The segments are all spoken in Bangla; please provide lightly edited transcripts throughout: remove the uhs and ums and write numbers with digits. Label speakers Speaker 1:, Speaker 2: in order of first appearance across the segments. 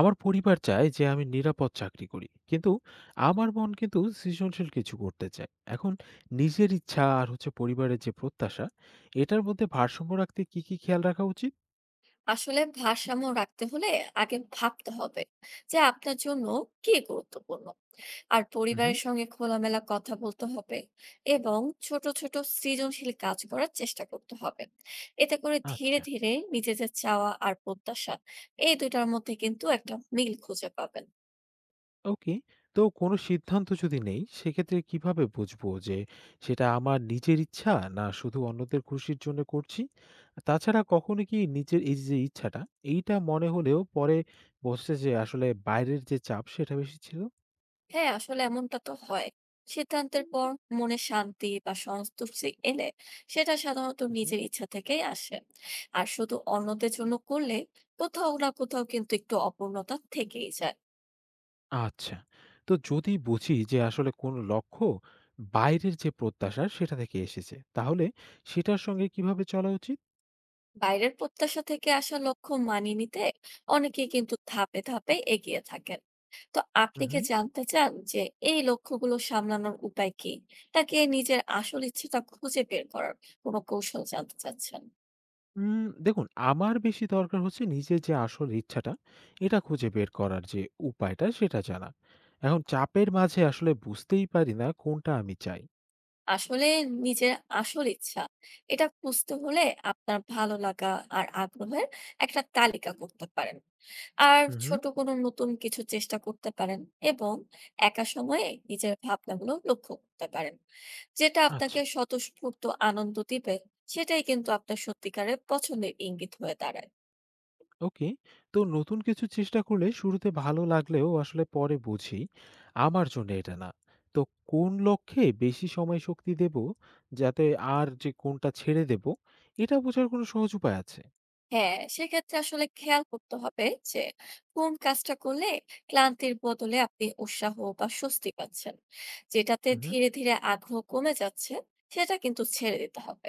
Speaker 1: আমার পরিবার চায় যে আমি নিরাপদ চাকরি করি, কিন্তু আমার মন কিন্তু সৃজনশীল কিছু করতে চায়। এখন নিজের ইচ্ছা আর হচ্ছে পরিবারের যে প্রত্যাশা, এটার মধ্যে ভারসাম্য রাখতে কি কি খেয়াল রাখা উচিত?
Speaker 2: আসলে ভারসাম্য রাখতে হলে আগে ভাবতে হবে যে আপনার জন্য কি গুরুত্বপূর্ণ, আর
Speaker 1: হুম।
Speaker 2: পরিবারের সঙ্গে খোলামেলা কথা বলতে হবে, এবং ছোট ছোট সৃজনশীল কাজ করার চেষ্টা করতে হবে। এতে করে ধীরে
Speaker 1: আচ্ছা।
Speaker 2: ধীরে নিজেদের চাওয়া আর প্রত্যাশা, এই দুটার মধ্যে কিন্তু একটা মিল খুঁজে পাবেন।
Speaker 1: ওকে। তো কোনো সিদ্ধান্ত যদি নেই সেক্ষেত্রে কিভাবে বুঝবো যে সেটা আমার নিজের ইচ্ছা, না শুধু অন্যদের খুশির জন্য করছি? তাছাড়া কখনো কি নিজের এই যে ইচ্ছাটা, এইটা মনে হলেও পরে বসে যে আসলে বাইরের যে চাপ সেটা বেশি ছিল?
Speaker 2: হ্যাঁ, আসলে এমনটা তো হয়। সিদ্ধান্তের পর মনে শান্তি বা সন্তুষ্টি এলে সেটা সাধারণত নিজের ইচ্ছা থেকেই আসে। আর শুধু অন্যদের জন্য করলে কোথাও না কোথাও কিন্তু একটু অপূর্ণতা থেকেই যায়।
Speaker 1: আচ্ছা। তো যদি বুঝি যে আসলে কোনো লক্ষ্য বাইরের যে প্রত্যাশা সেটা থেকে এসেছে, তাহলে সেটার সঙ্গে কিভাবে চলা উচিত?
Speaker 2: বাইরের প্রত্যাশা থেকে আসা লক্ষ্য মানিয়ে নিতে অনেকেই কিন্তু ধাপে ধাপে এগিয়ে থাকেন। তো
Speaker 1: হুম,
Speaker 2: আপনি কি
Speaker 1: হুম।
Speaker 2: জানতে চান যে এই লক্ষ্যগুলো সামলানোর উপায় কি? নাকি নিজের আসল ইচ্ছেটা খুঁজে বের করার কোনো কৌশল জানতে চাচ্ছেন?
Speaker 1: দেখুন আমার বেশি দরকার হচ্ছে নিজের যে আসল ইচ্ছাটা, এটা খুঁজে বের করার যে উপায়টা সেটা জানা। এখন চাপের মাঝে আসলে বুঝতেই পারি না কোনটা আমি চাই।
Speaker 2: আসলে নিজের আসল ইচ্ছা এটা বুঝতে হলে আপনার ভালো লাগা আর আগ্রহের একটা তালিকা করতে পারেন, আর
Speaker 1: হুম, হুম।
Speaker 2: ছোট কোনো নতুন কিছু চেষ্টা করতে পারেন, এবং একা সময়ে নিজের ভাবনাগুলো লক্ষ্য করতে পারেন। যেটা
Speaker 1: আচ্ছা।
Speaker 2: আপনাকে স্বতঃস্ফূর্ত আনন্দ দিবে, সেটাই কিন্তু আপনার সত্যিকারের পছন্দের ইঙ্গিত হয়ে দাঁড়ায়।
Speaker 1: ওকে। তো নতুন কিছু চেষ্টা করলে শুরুতে ভালো লাগলেও আসলে পরে বুঝি আমার জন্য এটা না। তো কোন লক্ষ্যে বেশি সময় শক্তি দেব যাতে, আর যে কোনটা ছেড়ে দেব, এটা বোঝার কোনো সহজ উপায় আছে?
Speaker 2: হ্যাঁ, সেক্ষেত্রে আসলে খেয়াল করতে হবে যে কোন কাজটা করলে ক্লান্তির বদলে আপনি উৎসাহ বা স্বস্তি পাচ্ছেন। যেটাতে
Speaker 1: হুম।
Speaker 2: ধীরে ধীরে আগ্রহ কমে যাচ্ছে সেটা কিন্তু ছেড়ে দিতে হবে।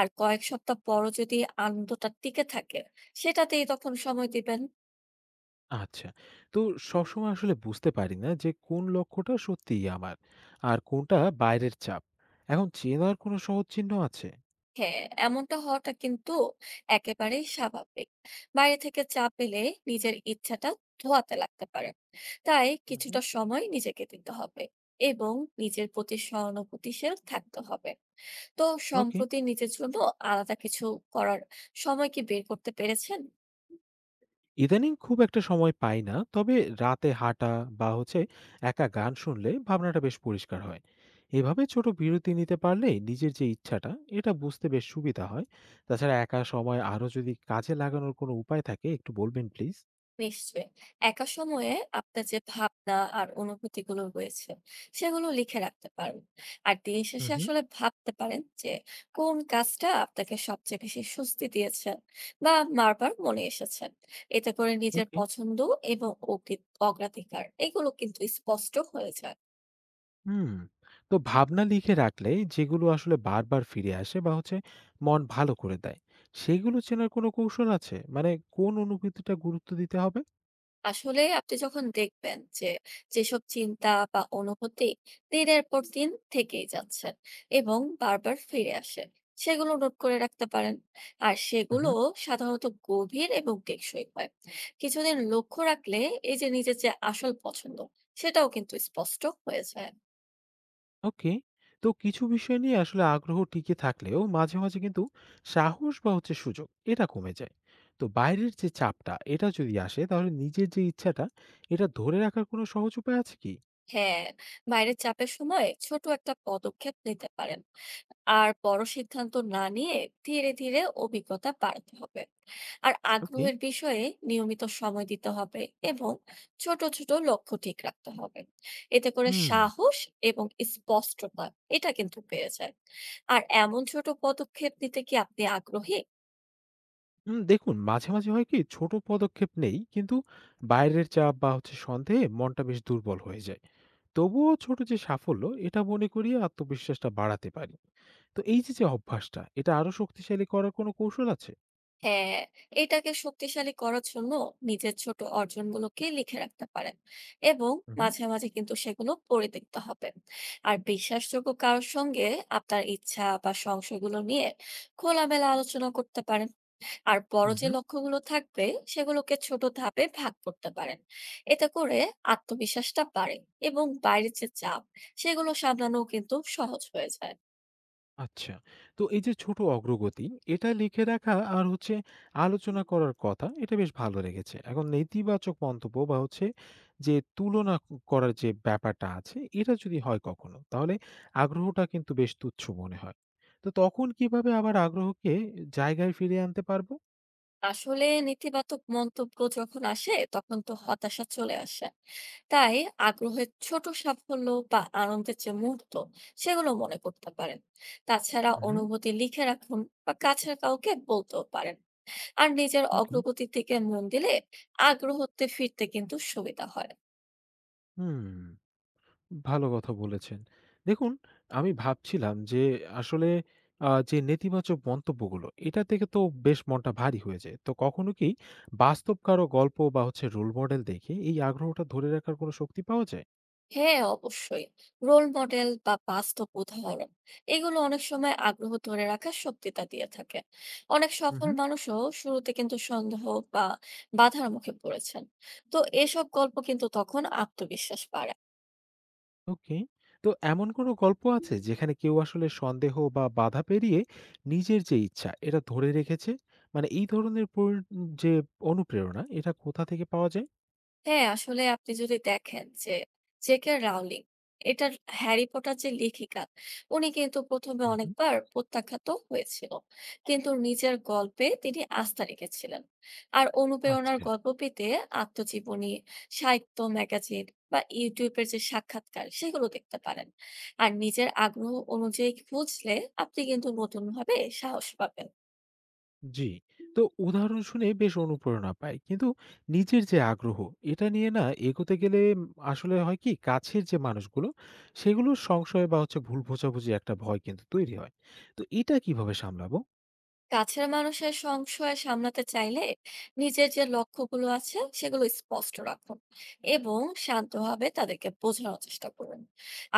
Speaker 2: আর কয়েক সপ্তাহ পরও যদি আনন্দটা টিকে থাকে, সেটাতেই তখন সময় দিবেন।
Speaker 1: আচ্ছা। তো সবসময় আসলে বুঝতে পারি না যে কোন লক্ষ্যটা সত্যিই আমার আর কোনটা বাইরের চাপ। এখন চেনার কোনো সহজ চিহ্ন আছে?
Speaker 2: হ্যাঁ, এমনটা হওয়াটা কিন্তু একেবারেই স্বাভাবিক। বাইরে থেকে চাপ পেলে নিজের ইচ্ছাটা ধোয়াতে লাগতে পারে। তাই
Speaker 1: হুম।
Speaker 2: কিছুটা সময় নিজেকে দিতে হবে এবং নিজের প্রতি সহানুভূতিশীল থাকতে হবে। তো
Speaker 1: ওকে।
Speaker 2: সম্প্রতি নিজের জন্য আলাদা কিছু করার সময় কি বের করতে পেরেছেন?
Speaker 1: ইদানিং খুব একটা সময় পাই না। তবে রাতে হাঁটা বা হচ্ছে একা গান শুনলে ভাবনাটা বেশ পরিষ্কার হয়। এভাবে ছোট বিরতি নিতে পারলে নিজের যে ইচ্ছাটা, এটা বুঝতে বেশ সুবিধা হয়। তাছাড়া একা সময় আরো যদি কাজে লাগানোর কোনো উপায় থাকে একটু বলবেন প্লিজ?
Speaker 2: নিশ্চয়ই। একা সময়ে আপনার যে ভাবনা আর অনুভূতিগুলো রয়েছে, সেগুলো লিখে রাখতে পারেন। আর দিন
Speaker 1: হুম,
Speaker 2: শেষে
Speaker 1: হুম।
Speaker 2: আসলে ভাবতে পারেন যে কোন কাজটা আপনাকে সবচেয়ে বেশি স্বস্তি দিয়েছে বা বারবার মনে এসেছে। এতে করে নিজের
Speaker 1: ওকে।
Speaker 2: পছন্দ এবং অগ্রাধিকার, এগুলো কিন্তু স্পষ্ট হয়ে যায়।
Speaker 1: হুম। তো ভাবনা লিখে রাখলে যেগুলো আসলে বারবার ফিরে আসে বা হচ্ছে মন ভালো করে দেয়, সেগুলো চেনার কোনো কৌশল আছে? মানে কোন অনুভূতিটা গুরুত্ব দিতে হবে?
Speaker 2: আসলে আপনি যখন দেখবেন যে যেসব চিন্তা বা অনুভূতি দিনের পর দিন থেকেই যাচ্ছেন এবং বারবার ফিরে আসে, সেগুলো নোট করে রাখতে পারেন। আর
Speaker 1: হুম,
Speaker 2: সেগুলো
Speaker 1: হুম।
Speaker 2: সাধারণত গভীর এবং টেকসই হয়। কিছুদিন লক্ষ্য রাখলে এই যে নিজের যে আসল পছন্দ, সেটাও কিন্তু স্পষ্ট হয়ে যায়।
Speaker 1: ওকে। তো কিছু বিষয় নিয়ে আসলে আগ্রহ টিকে থাকলেও মাঝে, মাঝে কিন্তু সাহস বা হচ্ছে সুযোগ এটা কমে যায়। তো বাইরের যে চাপটা এটা যদি আসে তাহলে নিজের যে ইচ্ছাটা এটা ধরে রাখার কোনো সহজ উপায় আছে কি?
Speaker 2: হ্যাঁ, বাইরের চাপের সময় ছোট একটা পদক্ষেপ নিতে পারেন, আর বড় সিদ্ধান্ত না নিয়ে ধীরে ধীরে অভিজ্ঞতা বাড়াতে হবে, আর
Speaker 1: ওকে।
Speaker 2: আগ্রহের বিষয়ে নিয়মিত সময় দিতে হবে, এবং ছোট ছোট লক্ষ্য ঠিক রাখতে হবে। এতে করে
Speaker 1: হুম।
Speaker 2: সাহস এবং স্পষ্টতা, এটা কিন্তু পেয়ে যায়। আর এমন ছোট পদক্ষেপ নিতে কি আপনি আগ্রহী?
Speaker 1: দেখুন মাঝে, মাঝে হয় কি ছোট পদক্ষেপ নেই কিন্তু বাইরের চাপ বা হচ্ছে সন্দেহে মনটা বেশ দুর্বল হয়ে যায়। তবুও ছোট যে সাফল্য এটা মনে করিয়ে আত্মবিশ্বাসটা বাড়াতে পারি। তো এই যে, যে অভ্যাসটা এটা আরো শক্তিশালী করার কোনো কৌশল আছে?
Speaker 2: হ্যাঁ, এটাকে শক্তিশালী করার জন্য নিজের ছোট অর্জনগুলোকে লিখে রাখতে পারেন, এবং
Speaker 1: উহু,
Speaker 2: মাঝে মাঝে কিন্তু সেগুলো পড়ে দেখতে হবে। আর বিশ্বাসযোগ্য কারোর সঙ্গে আপনার ইচ্ছা বা সংশয়গুলো নিয়ে খোলামেলা আলোচনা করতে পারেন। আর বড় যে
Speaker 1: উহু।
Speaker 2: লক্ষ্যগুলো থাকবে, সেগুলোকে ছোট ধাপে ভাগ করতে পারেন। এতে করে আত্মবিশ্বাসটা বাড়ে এবং বাইরের যে চাপ, সেগুলো সামলানো কিন্তু সহজ হয়ে যায়।
Speaker 1: আচ্ছা। তো এই যে ছোট অগ্রগতি, এটা লিখে রাখা আর হচ্ছে আলোচনা করার কথা, এটা বেশ ভালো লেগেছে। এখন নেতিবাচক মন্তব্য বা হচ্ছে যে তুলনা করার যে ব্যাপারটা আছে, এটা যদি হয় কখনো, তাহলে আগ্রহটা কিন্তু বেশ তুচ্ছ মনে হয়। তো তখন কিভাবে আবার আগ্রহকে জায়গায় ফিরিয়ে আনতে পারবো?
Speaker 2: আসলে নেতিবাচক মন্তব্য যখন আসে তখন তো হতাশা চলে আসে। তাই আগ্রহের ছোট সাফল্য বা আনন্দের যে মুহূর্ত, সেগুলো মনে করতে পারেন। তাছাড়া
Speaker 1: উহু,
Speaker 2: অনুভূতি লিখে রাখুন, বা কাছের কাউকে বলতেও পারেন। আর নিজের
Speaker 1: ওকে।
Speaker 2: অগ্রগতির দিকে মন দিলে আগ্রহতে ফিরতে কিন্তু সুবিধা হয়।
Speaker 1: হুম। ভালো কথা বলেছেন। দেখুন, আমি ভাবছিলাম যে আসলে যে নেতিবাচক মন্তব্যগুলো, এটা থেকে তো বেশ মনটা ভারী হয়ে যায়। তো কখনো কি বাস্তব কারো গল্প বা হচ্ছে রোল মডেল দেখে এই আগ্রহটা ধরে রাখার কোনো শক্তি পাওয়া যায়?
Speaker 2: হ্যাঁ, অবশ্যই। রোল মডেল বা বাস্তব উদাহরণ, এগুলো অনেক সময় আগ্রহ ধরে রাখার শক্তিটা দিয়ে থাকে। অনেক
Speaker 1: হুম,
Speaker 2: সফল
Speaker 1: হুম।
Speaker 2: মানুষও শুরুতে কিন্তু সন্দেহ বা বাধার মুখে পড়েছেন। তো এসব গল্প কিন্তু তখন আত্মবিশ্বাস বাড়ায়।
Speaker 1: ওকে। তো এমন কোনো গল্প আছে যেখানে কেউ আসলে সন্দেহ বা বাধা পেরিয়ে নিজের যে ইচ্ছা, এটা ধরে রেখেছে? মানে এই ধরনের যে অনুপ্রেরণা, এটা কোথা থেকে পাওয়া যায়?
Speaker 2: হ্যাঁ, আসলে আপনি যদি দেখেন যে জেকে রাউলিং, এটার হ্যারি পটার যে লেখিকা, উনি কিন্তু প্রথমে
Speaker 1: হুম, হুম।
Speaker 2: অনেকবার প্রত্যাখ্যাত হয়েছিল, কিন্তু নিজের গল্পে তিনি আস্থা রেখেছিলেন। আর অনুপ্রেরণার
Speaker 1: আচ্ছা।
Speaker 2: গল্প পেতে আত্মজীবনী, সাহিত্য ম্যাগাজিন বা ইউটিউবের যে সাক্ষাৎকার, সেগুলো দেখতে পারেন। আর নিজের আগ্রহ অনুযায়ী খুঁজলে আপনি কিন্তু নতুন ভাবে সাহস পাবেন।
Speaker 1: জি। তো উদাহরণ শুনে বেশ অনুপ্রেরণা পাই। কিন্তু নিজের যে আগ্রহ, এটা নিয়ে না এগোতে গেলে আসলে হয় কি কাছের যে মানুষগুলো, সেগুলোর সংশয় বা হচ্ছে ভুল বোঝাবুঝি একটা ভয় কিন্তু তৈরি হয়। তো এটা কিভাবে সামলাবো?
Speaker 2: কাছের মানুষের সংশয় সামলাতে চাইলে নিজের যে লক্ষ্যগুলো আছে সেগুলো স্পষ্ট রাখুন, এবং শান্তভাবে তাদেরকে বোঝানোর চেষ্টা করুন।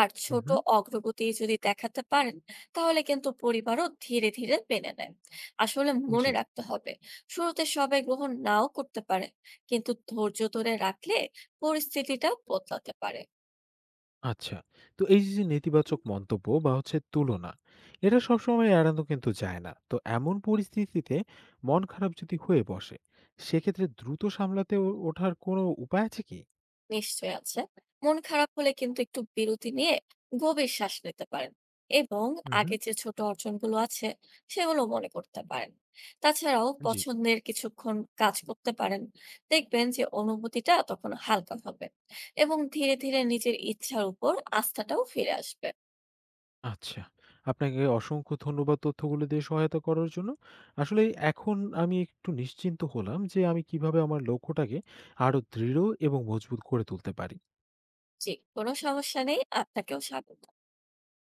Speaker 2: আর
Speaker 1: হুম,
Speaker 2: ছোট
Speaker 1: হুম।
Speaker 2: অগ্রগতি যদি দেখাতে পারেন, তাহলে কিন্তু পরিবারও ধীরে ধীরে মেনে নেয়। আসলে মনে
Speaker 1: জি,
Speaker 2: রাখতে হবে শুরুতে সবাই গ্রহণ নাও করতে পারে, কিন্তু ধৈর্য ধরে রাখলে পরিস্থিতিটা বদলাতে পারে।
Speaker 1: আচ্ছা। তো এই যে, যে নেতিবাচক মন্তব্য বা হচ্ছে তুলনা, এটা সবসময় এড়ানো কিন্তু যায় না। তো এমন পরিস্থিতিতে মন খারাপ যদি হয়ে বসে, সেক্ষেত্রে দ্রুত সামলাতে ও ওঠার কোনো উপায় আছে কি?
Speaker 2: নিশ্চয়ই আছে। মন খারাপ হলে কিন্তু একটু বিরতি নিয়ে গভীর শ্বাস নিতে পারেন, এবং
Speaker 1: হুম, হুম।
Speaker 2: আগে যে ছোট অর্জনগুলো আছে সেগুলো মনে করতে পারেন। তাছাড়াও
Speaker 1: জি।
Speaker 2: পছন্দের কিছুক্ষণ কাজ করতে পারেন। দেখবেন যে অনুভূতিটা তখন হালকা হবে, এবং ধীরে ধীরে নিজের ইচ্ছার উপর আস্থাটাও ফিরে আসবে।
Speaker 1: আচ্ছা। আপনাকে অসংখ্য ধন্যবাদ তথ্যগুলো দিয়ে সহায়তা করার জন্য। আসলে এখন আমি একটু নিশ্চিন্ত হলাম যে আমি কিভাবে আমার লক্ষ্যটাকে আরো দৃঢ় এবং মজবুত করে তুলতে পারি।
Speaker 2: জি, কোনো সমস্যা নেই। আপনাকেও স্বাগত।